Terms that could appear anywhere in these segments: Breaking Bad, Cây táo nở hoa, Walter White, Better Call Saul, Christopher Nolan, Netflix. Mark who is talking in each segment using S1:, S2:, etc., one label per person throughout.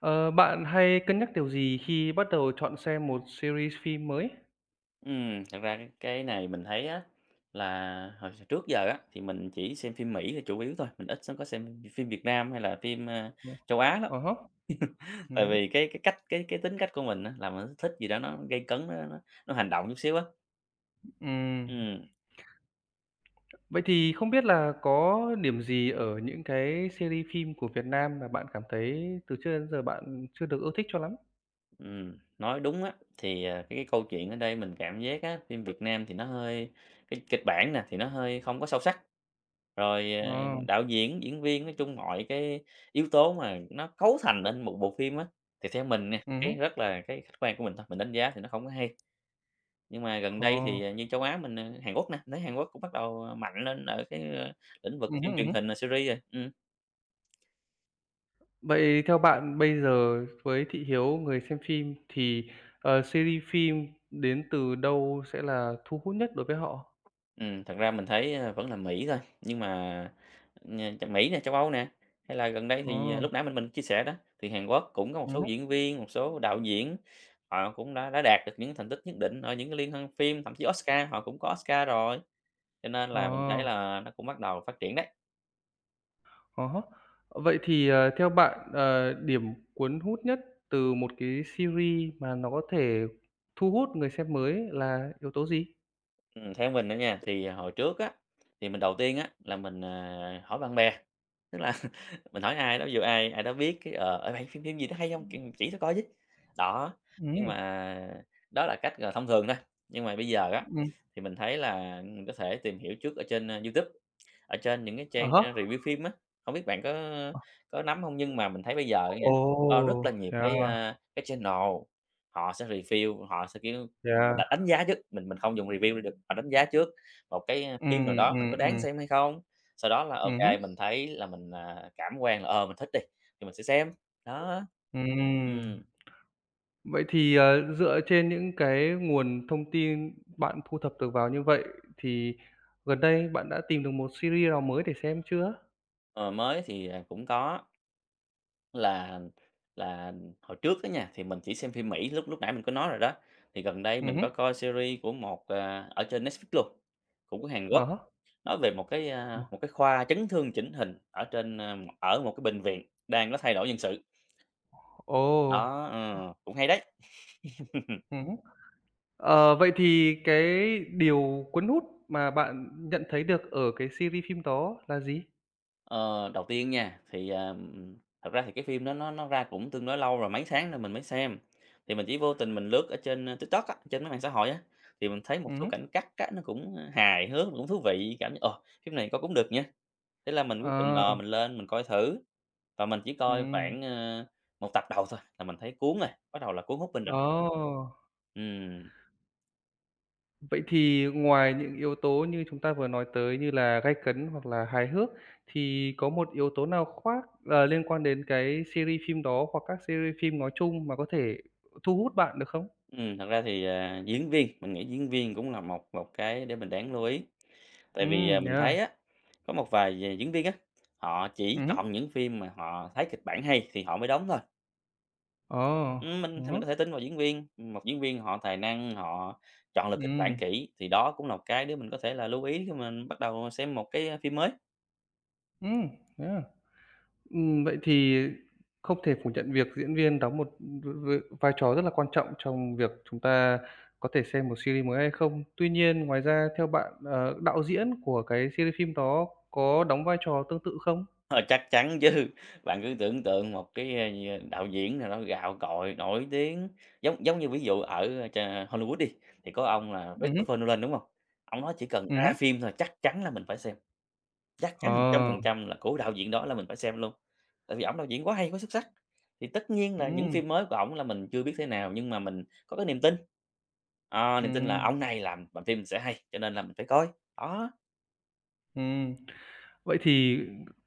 S1: Ờ, bạn hay cân nhắc điều gì khi bắt đầu chọn xem một series phim mới?
S2: Thật ra cái này mình thấy á, là hồi trước giờ á, thì mình chỉ xem phim Mỹ là chủ yếu thôi, mình ít có xem phim Việt Nam hay là phim,
S1: Ờ.
S2: châu Á lắm.
S1: À há,
S2: Tại
S1: hứm,
S2: vì cái tính cách của mình á, là mình thích gì đó nó gay cấn, nó hành động chút xíu á.
S1: ừm.
S2: Ừm,
S1: Vậy thì không biết là có điểm gì ở những cái series phim của Việt Nam mà bạn cảm thấy từ trước đến giờ bạn chưa được ưa thích cho lắm?
S2: nói đúng á, thì, cái câu chuyện ở đây mình cảm giác á, phim Việt Nam thì nó hơi cái kịch bản nè, thì nó hơi không có sâu sắc. Rồi,
S1: Ờ,
S2: đạo diễn, diễn viên, nói chung mọi cái yếu tố mà nó cấu thành lên một bộ phim á, thì theo mình nha, cái
S1: hứm,
S2: rất là cái khách quan của mình thôi, mình đánh giá thì nó không có hay. Nhưng mà gần đây
S1: ồ,
S2: thì, như châu Á mình, Hàn Quốc nè, mình thấy Hàn Quốc cũng bắt đầu, mạnh lên ở cái, lĩnh vực
S1: hứm,
S2: phim truyền
S1: hứm.
S2: hình, series rồi.
S1: Vậy theo bạn bây giờ với thị hiếu người xem phim thì, series phim đến từ đâu sẽ là thu hút nhất đối với họ?
S2: Thật ra mình thấy, vẫn là Mỹ thôi, nhưng mà nh ch Mỹ nè, châu Âu nè, hay là gần đây
S1: Ờ,
S2: thì, lúc nãy mình chia sẻ đó, thì Hàn Quốc cũng có một số
S1: hứm,
S2: diễn viên, một số đạo diễn, họ cũng đã đạt được những thành tích nhất định ở những cái liên hoan phim, thậm chí Oscar, họ cũng có Oscar rồi, cho nên là mình
S1: ờ.
S2: thấy là nó cũng bắt đầu phát triển đấy.
S1: À Vậy thì, theo bạn, điểm cuốn hút nhất từ một cái series mà nó có thể thu hút người xem mới là yếu tố gì?
S2: Theo mình đó nha, thì hồi trước á, thì mình đầu tiên á là mình, hỏi bạn bè, tức là mình hỏi ai đó, ví dụ ai ai đó biết cái, "Ê, bạn phim phim gì đó hay không? Kiểu, chỉ tao coi chứ." Đó, nhưng
S1: Ừm,
S2: mà đó là cách, thông thường thôi, nhưng mà bây giờ á,
S1: ừm.
S2: thì mình thấy là mình có thể tìm hiểu trước ở trên, YouTube, ở trên những cái
S1: À
S2: trang,
S1: há.
S2: review phim á, không biết bạn có nắm không? Nhưng mà mình thấy bây giờ nha,
S1: Ồ,
S2: có rất là nhiều cái,
S1: yeah,
S2: cái channel họ sẽ review, họ sẽ, kiểu mà
S1: yeah.
S2: bạn đánh giá trước, mình không dùng review được, mà đánh giá trước một cái phim nào
S1: Ừm,
S2: đó mình
S1: ừm,
S2: có đáng
S1: ừm,
S2: xem hay không. Sau đó là ô kê,
S1: hứm,
S2: mình thấy là mình, cảm quan là, mình thích đi, thì mình sẽ xem, đó.
S1: ừm.
S2: Ừm,
S1: Vậy thì, dựa trên những cái nguồn thông tin bạn thu thập được vào như vậy thì gần đây bạn đã tìm được một series nào mới để xem chưa?
S2: ờ, mới thì, cũng có là là hồi trước á nha, thì mình chỉ xem phim Mỹ, lúc lúc nãy mình có nói rồi đó, thì gần đây mình
S1: Hứm,
S2: có coi series của một, ở trên Netflix luôn, cũng của Hàn
S1: à
S2: Quốc,
S1: há,
S2: nói về một cái, một cái khoa chấn thương chỉnh hình ở trên, ở một cái bệnh viện đang có thay đổi nhân sự.
S1: ồ.
S2: Đó, ừ, cũng hay đấy.
S1: Hứm. Vậy thì cái điều cuốn hút mà bạn nhận thấy được ở cái series phim đó là gì?
S2: Ờ, đầu tiên nha, thì, thật ra thì cái phim đó nó ra cũng tương đối lâu rồi, mấy tháng rồi mình mới xem. Thì mình chỉ vô tình mình lướt ở trên, TikTok á, trên mấy mạng xã hội á, thì mình thấy một số
S1: Hứm.
S2: cảnh cắt á, nó cũng hài hước, cũng thú vị, cảm giác, phim này coi cũng được nha. Thế là mình quyết định,
S1: Ờ,
S2: mình lên mình coi thử, và mình chỉ coi
S1: Ừm.
S2: khoảng, 1 tập đầu thôi là mình thấy cuốn rồi, bắt đầu là cuốn hút mình rồi.
S1: Ồ,
S2: Ừm,
S1: vậy thì ngoài những yếu tố như chúng ta vừa nói tới như là gay cấn hoặc là hài hước, thì có một yếu tố nào khoác liên quan đến cái series phim đó hoặc các series phim nói chung mà có thể thu hút bạn được không?
S2: Thật ra thì, diễn viên, mình nghĩ diễn viên cũng là một một cái để mình đáng lưu ý. Tại vì, mình thấy
S1: Yeah.
S2: á, có một vài diễn viên á, họ chỉ
S1: Hứm.
S2: chọn những phim mà họ thấy kịch bản hay thì họ mới đóng thôi.
S1: Ồ.
S2: Mình thì mình
S1: Hứm.
S2: có thể tin vào diễn viên, một diễn viên họ tài năng, họ chọn lựa kịch bản
S1: Ừm.
S2: kỹ, thì đó cũng là một cái để mình có thể là lưu ý khi mình bắt đầu xem một cái, phim mới.
S1: Ừm, yeah. Vậy thì không thể phủ nhận việc diễn viên đóng một vai trò rất là quan trọng trong việc chúng ta có thể xem một series mới hay không. Tuy nhiên, ngoài ra theo bạn, đạo diễn của cái series phim đó có đóng vai trò tương tự không?
S2: Ờ, chắc chắn chứ, bạn cứ tưởng tượng một cái, gì, đạo diễn nào đó gạo cội, nổi tiếng, giống giống như ví dụ ở Hollywood đi, thì có ông là
S1: Hứm,
S2: Christopher Nolan, đúng không? Ông nói chỉ cần ra
S1: hứm.
S2: phim thôi chắc chắn là mình phải xem. Chắc chắn
S1: Ờ.
S2: 100% là của đạo diễn đó là mình phải xem luôn, tại vì ổng đạo diễn quá hay, quá xuất sắc. Thì tất nhiên là những
S1: Ừm,
S2: phim mới của ổng là mình chưa biết thế nào, nhưng mà mình có cái niềm tin, niềm tin là
S1: ừm.
S2: ông này làm phim sẽ hay, cho nên là mình phải coi, đó.
S1: Ừm. Vậy thì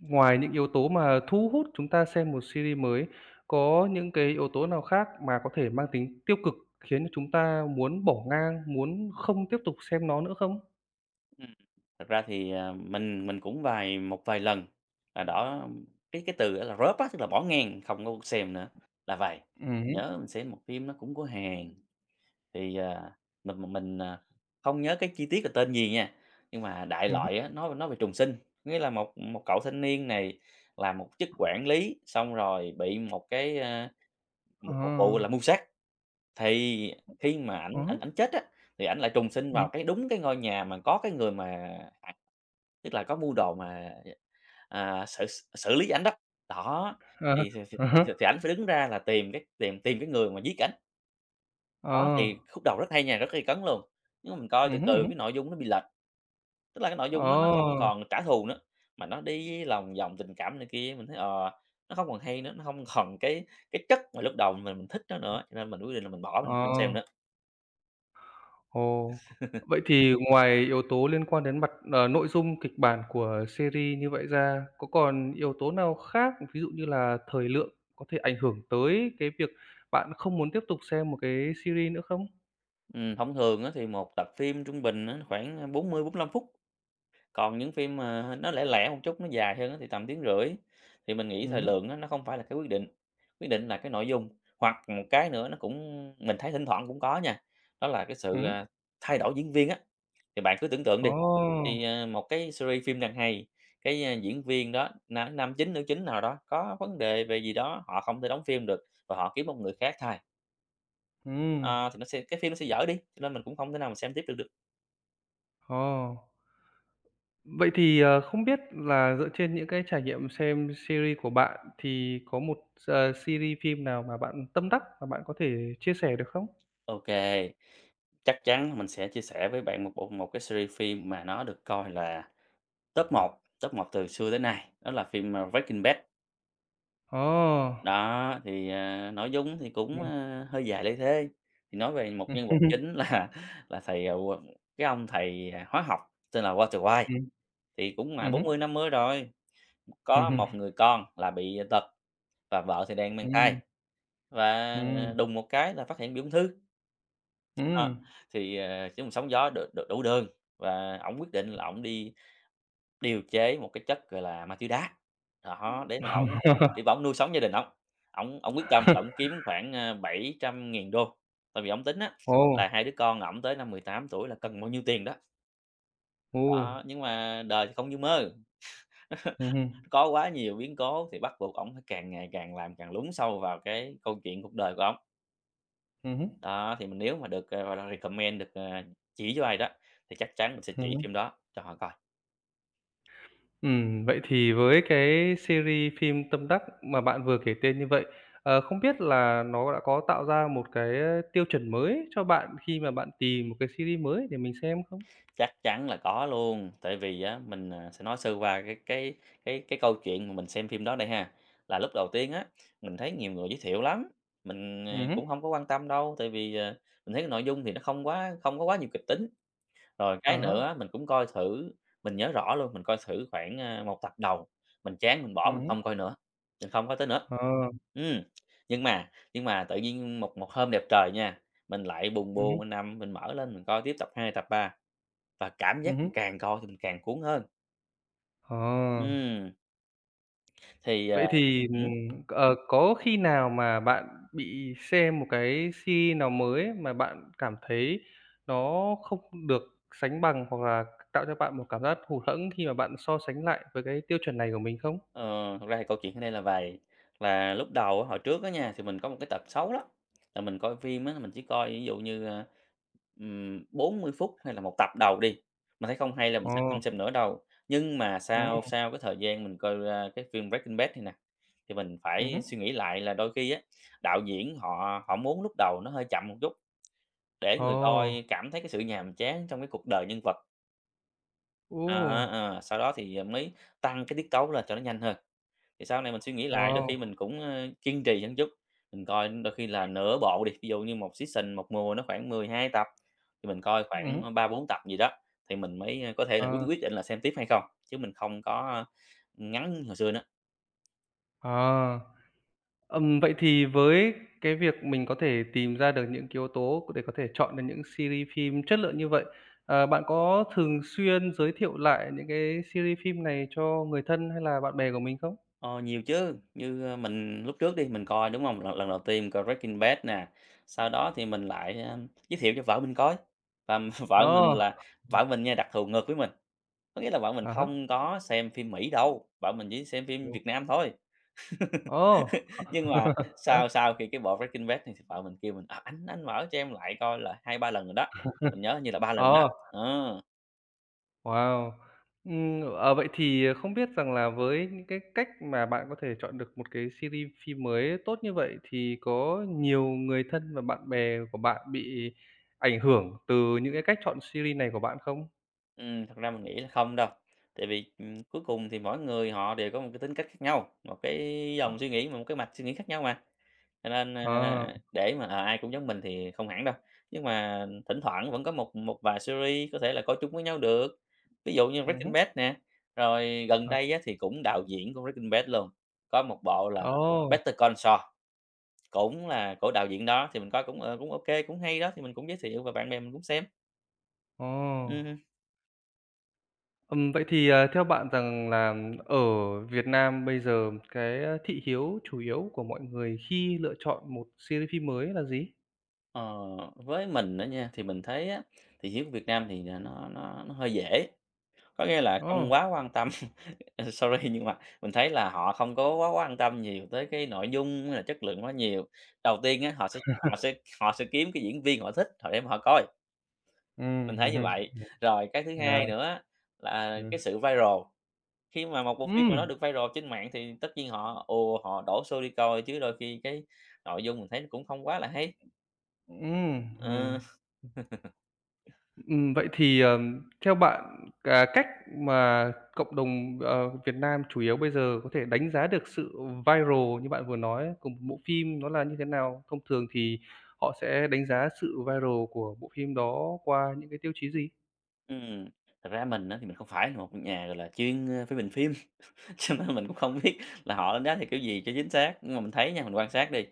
S1: ngoài những yếu tố mà thu hút chúng ta xem một series mới, có những cái yếu tố nào khác mà có thể mang tính tiêu cực khiến cho chúng ta muốn bỏ ngang, muốn không tiếp tục xem nó nữa không?
S2: Ừm, Thật ra thì, mình cũng một vài lần là đó cái từ á là drop á, tức là bỏ ngang không có xem nữa, là vậy. Mình
S1: Hứm,
S2: nhớ mình xem một phim nó cũng của Hàn. Thì, mình mình, à, không nhớ cái chi tiết là tên gì nha, nhưng mà đại
S1: hứm,
S2: loại á, nói về trùng sinh, nghĩa là một một cậu thanh niên này làm một chức quản lý, xong rồi bị một cái,
S1: ờ,
S2: một một vụ là mưu sát. Thì khi mà ảnh
S1: ờ
S2: ảnh ảnh chết á, thì ảnh lại trùng sinh vào
S1: ừm,
S2: cái đúng cái ngôi nhà mà có cái người mà à, tức là có mưu đồ mà, xử xử lý ảnh đó. Đó,
S1: ờ,
S2: thì thì
S1: ờ hớ,
S2: thì ảnh phải đứng ra là tìm cái tìm tìm cái người mà giết ảnh. Đó,
S1: ờ,
S2: thì khúc đầu rất hay nha, rất gay cấn luôn, nhưng mà mình coi từ
S1: hứm,
S2: từ
S1: hứm,
S2: cái nội dung nó bị lệch, tức là cái nội dung nó không
S1: ờ,
S2: còn trả thù nữa, mà nó đi lòng vòng tình cảm này kia, mình thấy, nó không còn hay nữa, nó không còn cái chất mà lúc đầu mình thích nó nữa, cho nên mình quyết định là mình bỏ,
S1: ờ.
S2: mình không xem nữa.
S1: Ồ, vậy thì ngoài yếu tố liên quan đến mặt, nội dung kịch bản của series như vậy ra, có còn yếu tố nào khác, ví dụ như là thời lượng có thể ảnh hưởng tới cái việc bạn không muốn tiếp tục xem một cái series nữa không?
S2: Thông thường á thì một tập phim trung bình á khoảng, 40 lăm phút. Còn những phim mà nó lẻ lẻ một chút, nó dài hơn á thì tầm tiếng rưỡi, thì mình nghĩ thời
S1: Ừm,
S2: lượng á nó không phải là cái quyết định là cái nội dung. Hoặc một cái nữa nó cũng mình thấy thỉnh thoảng cũng có nha, đó là cái sự,
S1: ừm.
S2: thay đổi diễn viên á. Thì bạn cứ tưởng tượng đi,
S1: Ồ!
S2: thì, một cái series phim đang hay, cái, diễn viên đó, nam nam chính, nữ chính nào đó có vấn đề về gì đó, họ không thể đóng phim được và họ kiếm một người khác thay,
S1: Ừm.
S2: ờ, thì nó sẽ cái phim nó sẽ dở đi, cho nên mình cũng không thể nào mà xem tiếp được.
S1: Ồ. Vậy thì, không biết là dựa trên những cái trải nghiệm xem series của bạn thì có một series phim nào mà bạn tâm đắc mà bạn có thể chia sẻ được không?
S2: OK, chắc chắn mình sẽ chia sẻ với bạn một bộ một cái series phim mà nó được coi là top một, top một từ xưa tới nay, đó là phim, Breaking Bad.
S1: Ồ!
S2: Đó, thì, nói dúng thì
S1: Ừm,
S2: cũng,
S1: ừm.
S2: hơi dài lê thê, thì nói về một nhân vật chính là là thầy, ờ, qu cái ông thầy, hóa học tên là Walter White, thì cũng ngoài
S1: Hứm.
S2: 40, 50 rồi, có
S1: Hưm.
S2: một người con là bị tật và vợ thì đang mang thai
S1: Ừm,
S2: và
S1: ừm,
S2: đùng một cái là phát hiện bị ung thư. Ờ,
S1: ừm.
S2: thì, cái sóng gió đ đ đủ đường và ổng quyết định là ổng đi điều chế một cái chất, gọi là, ma túy đá. Đó, để mà ổng nuôi sống gia đình ổng. Ổng quyết tâm là ổng kiếm khoảng, 700.000 đô tại vì ổng tính á
S1: Ồ,
S2: là hai đứa con ổng tới năm 18 tuổi là cần bao nhiêu tiền đó.
S1: ồ,
S2: Đó, nhưng mà đời thì không như mơ,
S1: hưm,
S2: có quá nhiều biến cố thì bắt buộc ổng phải càng ngày càng làm càng lún sâu vào cái câu chuyện cuộc đời của ổng.
S1: hứm,
S2: Đó, thì mình nếu mà được, gọi là, recommend, được, chỉ cho ai đó thì chắc chắn mình sẽ chỉ
S1: hứm.
S2: phim đó cho họ coi.
S1: Vậy thì với cái series phim tâm đắc mà bạn vừa kể tên như vậy, không biết là nó đã có tạo ra một cái tiêu chuẩn mới cho bạn khi mà bạn tìm một cái series mới để mình xem không?
S2: Chắc chắn là có luôn, tại vì á mình, sẽ nói sơ qua cái câu chuyện mà mình xem phim đó đây ha. Là lúc đầu tiên á, mình thấy nhiều người giới thiệu lắm, mình,
S1: Hứm,
S2: cũng không có quan tâm đâu, tại vì, mình thấy cái nội dung thì nó không quá không có quá nhiều kịch tính. Rồi cái nữa á,
S1: đó,
S2: mình cũng coi thử, mình nhớ rõ luôn, mình coi thử khoảng, 1 tập đầu, mình chán mình bỏ, mình
S1: hứm,
S2: không coi nữa, mình không coi tới nữa.
S1: ờ,
S2: Ừm, nhưng mà tự nhiên một một hôm đẹp trời nha, mình lại bùng bồn
S1: hứm,
S2: mình nằm, mình mở lên mình coi tiếp tập 2 tập 3 và cảm giác
S1: hứm,
S2: mình càng coi thì mình càng cuốn hơn.
S1: ờ.
S2: Ừm, thì,
S1: Vậy
S2: ờ
S1: thì, có khi nào mà bạn bị xem một cái series nào mới ấy mà bạn cảm thấy nó không được sánh bằng hoặc là tạo cho bạn một cảm giác hụt hẫng khi mà bạn so sánh lại với cái tiêu chuẩn này của mình không?
S2: Ờ, thật ra thì câu chuyện ở đây là vầy, là lúc đầu á, hồi trước á nha, thì mình có một cái tật xấu lắm, là mình coi phim á, mình chỉ coi ví dụ như, 40 phút hay là một tập đầu đi, mình thấy không hay là mình sẽ
S1: Ồ,
S2: không xem nữa đâu. Nhưng mà
S1: ừm,
S2: sau sau cái thời gian mình coi, cái phim Breaking Bad này nè, thì mình phải
S1: hứm.
S2: suy nghĩ lại là đôi khi á, đạo diễn họ họ muốn lúc đầu nó hơi chậm một chút để người
S1: Ồ,
S2: coi cảm thấy cái sự nhàm chán trong cái cuộc đời nhân vật. Sau đó thì mới tăng cái tiết tấu lên cho nó nhanh hơn. Thì sau này mình suy nghĩ lại đôi khi
S1: wow!
S2: mình cũng, kiên trì hơn chút, mình coi đôi khi là nửa bộ đi, ví dụ như một season, một mùa nó khoảng 12 tập, thì mình coi
S1: Ừm
S2: khoảng, 3 4 tập gì đó, thì mình mới, có thể là quyết
S1: ờ,
S2: quyết định là xem tiếp hay không, chứ mình không có ngắn như hồi xưa nữa.
S1: ờ. Vậy thì với cái việc mình có thể tìm ra được những cái yếu tố để có thể chọn được những series phim chất lượng như vậy, bạn có thường xuyên giới thiệu lại những cái series phim này cho người thân hay là bạn bè của mình không?
S2: Ờ, nhiều chứ, như, mình lúc trước đi, mình coi, đúng không. Lần lần đầu tiên coi Breaking Bad nè, sau đó thì mình lại, giới thiệu cho vợ mình coi, và vợ mình
S1: Ồ,
S2: là vợ mình nha, đặc thù ngược với mình, có nghĩa là vợ mình
S1: à há.
S2: không có xem phim Mỹ đâu, vợ mình chỉ xem phim
S1: Ồ.
S2: Việt Nam thôi.
S1: Ồ,
S2: Nhưng mà sau sau khi cái bộ Breaking Bad thì vợ mình kêu mình, ờ, "Anh mở cho em lại coi" là 2 3 lần rồi đó, mình nhớ như là 3 lần đó.
S1: Ờ.
S2: Ờ,
S1: Wow! Vậy thì, không biết rằng là với những cái cách mà bạn có thể chọn được một cái series phim mới tốt như vậy thì có nhiều người thân và bạn bè của bạn bị ảnh hưởng từ những cái cách chọn series này của bạn không?
S2: thật ra mình nghĩ là không đâu, tại vì, cuối cùng thì mỗi người họ đều có một cái tính cách khác nhau, một cái
S1: Ờ,
S2: dòng suy nghĩ, một cái mạch suy nghĩ khác nhau mà. Cho nên,
S1: ờ,
S2: để mà, ai cũng giống mình thì không hẳn đâu, nhưng mà thỉnh thoảng vẫn có một một vài series có thể là coi chung với nhau được. Ví dụ như Breaking
S1: hứm,
S2: Bad nè, rồi gần
S1: ờ,
S2: đây á thì cũng đạo diễn của Breaking Bad luôn, có một bộ là
S1: ồ,
S2: Better Call Saul, cũng là của đạo diễn đó thì mình coi cũng, cũng ok cũng hay đó, thì mình cũng giới thiệu và bạn bè mình cũng xem.
S1: ồ.
S2: Ừm
S1: Vậy thì, theo bạn rằng là ở Việt Nam bây giờ cái, thị hiếu chủ yếu của mọi người khi lựa chọn một series phim mới là gì?
S2: Ờ, với mình á nha, thì mình thấy á, thì hiếu của Việt Nam thì, à, nó hơi dễ, có nghĩa là không
S1: Ồ!
S2: quá quan tâm. Ờ, sorry nhưng mà mình thấy là họ không có quá quan tâm nhiều tới cái nội dung hay là chất lượng quá nhiều. Đầu tiên á, họ sẽ họ sẽ kiếm cái diễn viên họ thích, họ để mà họ coi, mình thấy như
S1: Hưm,
S2: vậy. Rồi cái thứ
S1: à,
S2: hai nữa á, là
S1: ừm.
S2: cái sự viral, khi mà một bộ phim nào đó
S1: Ừm,
S2: được viral trên mạng thì tất nhiên họ họ đổ xô đi coi chứ đôi khi cái nội dung mình thấy nó cũng không quá là hay.
S1: ừm,
S2: Ờ,
S1: ừm. Vậy thì, theo bạn, cách mà cộng đồng, Việt Nam chủ yếu bây giờ có thể đánh giá được sự viral như bạn vừa nói của một bộ phim nó là như thế nào? Thông thường thì họ sẽ đánh giá sự viral của bộ phim đó qua những cái tiêu chí gì?
S2: ừm, thật ra mình á, thì mình không phải là một nhà, gọi là, chuyên, phê bình phim. Cho nên mình cũng không biết là họ đánh giá theo kiểu gì cho chính xác, nhưng mà mình thấy nha, mình quan sát đi,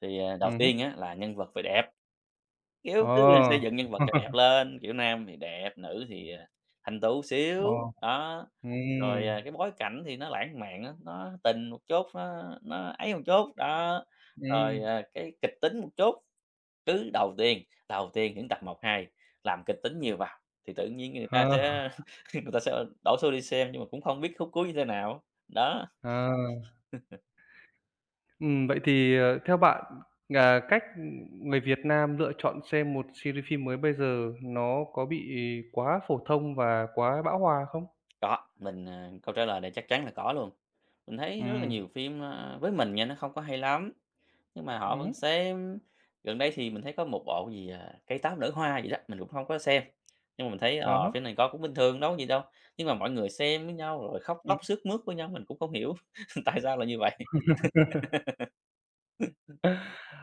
S2: thì, đầu tiên
S1: Hứm.
S2: á là nhân vật phải đẹp, kiểu, cứ là xây
S1: Ờ.
S2: dựng nhân vật cho đẹp lên, kiểu, nam thì đẹp, nữ thì, thanh tú
S1: Ờ,
S2: xíu, đó. Rồi,
S1: ừm,
S2: cái bối cảnh thì nó lãng mạn á, nó tình một chút, nó ấy một chút, đó. Rồi,
S1: ừm,
S2: cái kịch tính một chút, cứ đầu tiên những tập một 2 làm kịch tính nhiều vào thì tự nhiên người ta
S1: ờ,
S2: sẽ người ta sẽ đổ xô đi xem, nhưng mà cũng không biết khúc cuối như thế nào, đó.
S1: ờ. Vậy thì, theo bạn, cách, người Việt Nam lựa chọn xem một series phim mới bây giờ nó có bị quá phổ thông và quá bão hòa không?
S2: Có, mình, câu trả lời này chắc chắn là có luôn. Mình thấy rất là
S1: Ừm,
S2: nhiều phim, với mình nha, nó không có hay lắm, nhưng mà họ vẫn
S1: hứm,
S2: xem. Gần đây thì mình thấy có một bộ gì, "Cây táo nở hoa" gì đó, mình cũng không có xem, nhưng mà mình thấy,
S1: à
S2: phim này coi cũng bình thường, đâu có gì đâu, nhưng mà mọi người xem với nhau rồi khóc lóc
S1: ừm.
S2: sướt mướt với nhau, mình cũng không hiểu tại sao là như vậy.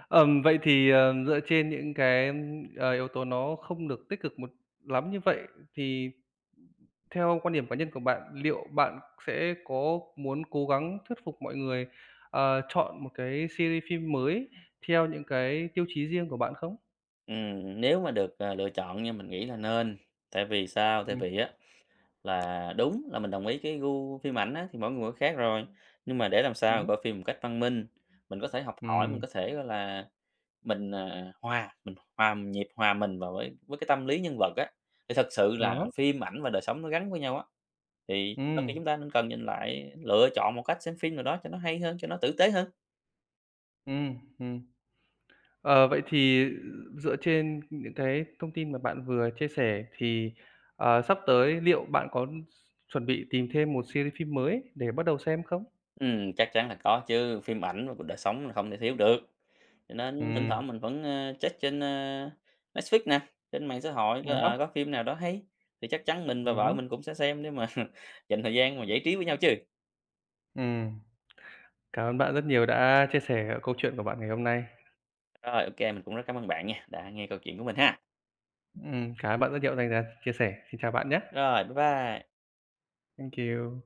S1: Vậy thì, dựa trên những cái, yếu tố nó không được tích cực một lắm như vậy thì theo quan điểm cá nhân của bạn, liệu bạn sẽ có muốn cố gắng thuyết phục mọi người, chọn một cái series phim mới theo những cái tiêu chí riêng của bạn không?
S2: Nếu mà được, lựa chọn nha, mình nghĩ là nên, tại vì sao? Tại
S1: Ừm,
S2: vì á Là đúng là mình đồng ý cái gu phim ảnh á, thì mỗi người mỗi khác rồi, nhưng mà để làm sao mà
S1: ừm
S2: coi phim một cách văn minh, mình có thể học hỏi, mình
S1: Ừm,
S2: có thể, gọi là, mình, hòa mình hòa nhịp, hòa mình vào với cái tâm lý nhân vật á, thì thật sự là
S1: đó, há,
S2: phim ảnh và đời sống nó gắn với nhau á, thì đôi khi
S1: ừm,
S2: chúng ta nên cần nhìn lại, lựa chọn một cách xem phim nào đó cho nó hay hơn, cho nó tử tế hơn.
S1: ừm. Vậy thì dựa trên những cái thông tin mà bạn vừa chia sẻ thì, sắp tới liệu bạn có chuẩn bị tìm thêm một series phim mới để bắt đầu xem không?
S2: Chắc chắn là có chứ, phim ảnh và cuộc đời sống là không thể thiếu được. Cho nên thỉnh
S1: Ừm,
S2: thoảng mình vẫn, check trên, Netflix nè, trên mạng xã hội coi,
S1: đó, há,
S2: có phim nào đó hay thì chắc chắn mình và vợ
S1: hứm,
S2: mình cũng sẽ xem để mà dành thời gian mà giải trí với nhau chứ.
S1: ừm. Cảm ơn bạn rất nhiều đã chia sẻ câu chuyện của bạn ngày hôm nay.
S2: Rồi, ô mình cũng rất cảm ơn bạn nha, đã nghe câu chuyện của mình ha.
S1: Cảm ơn bạn rất nhiều dành thời gian chia sẻ. Xin chào bạn nhá.
S2: Rồi, bye bye.
S1: Thank you.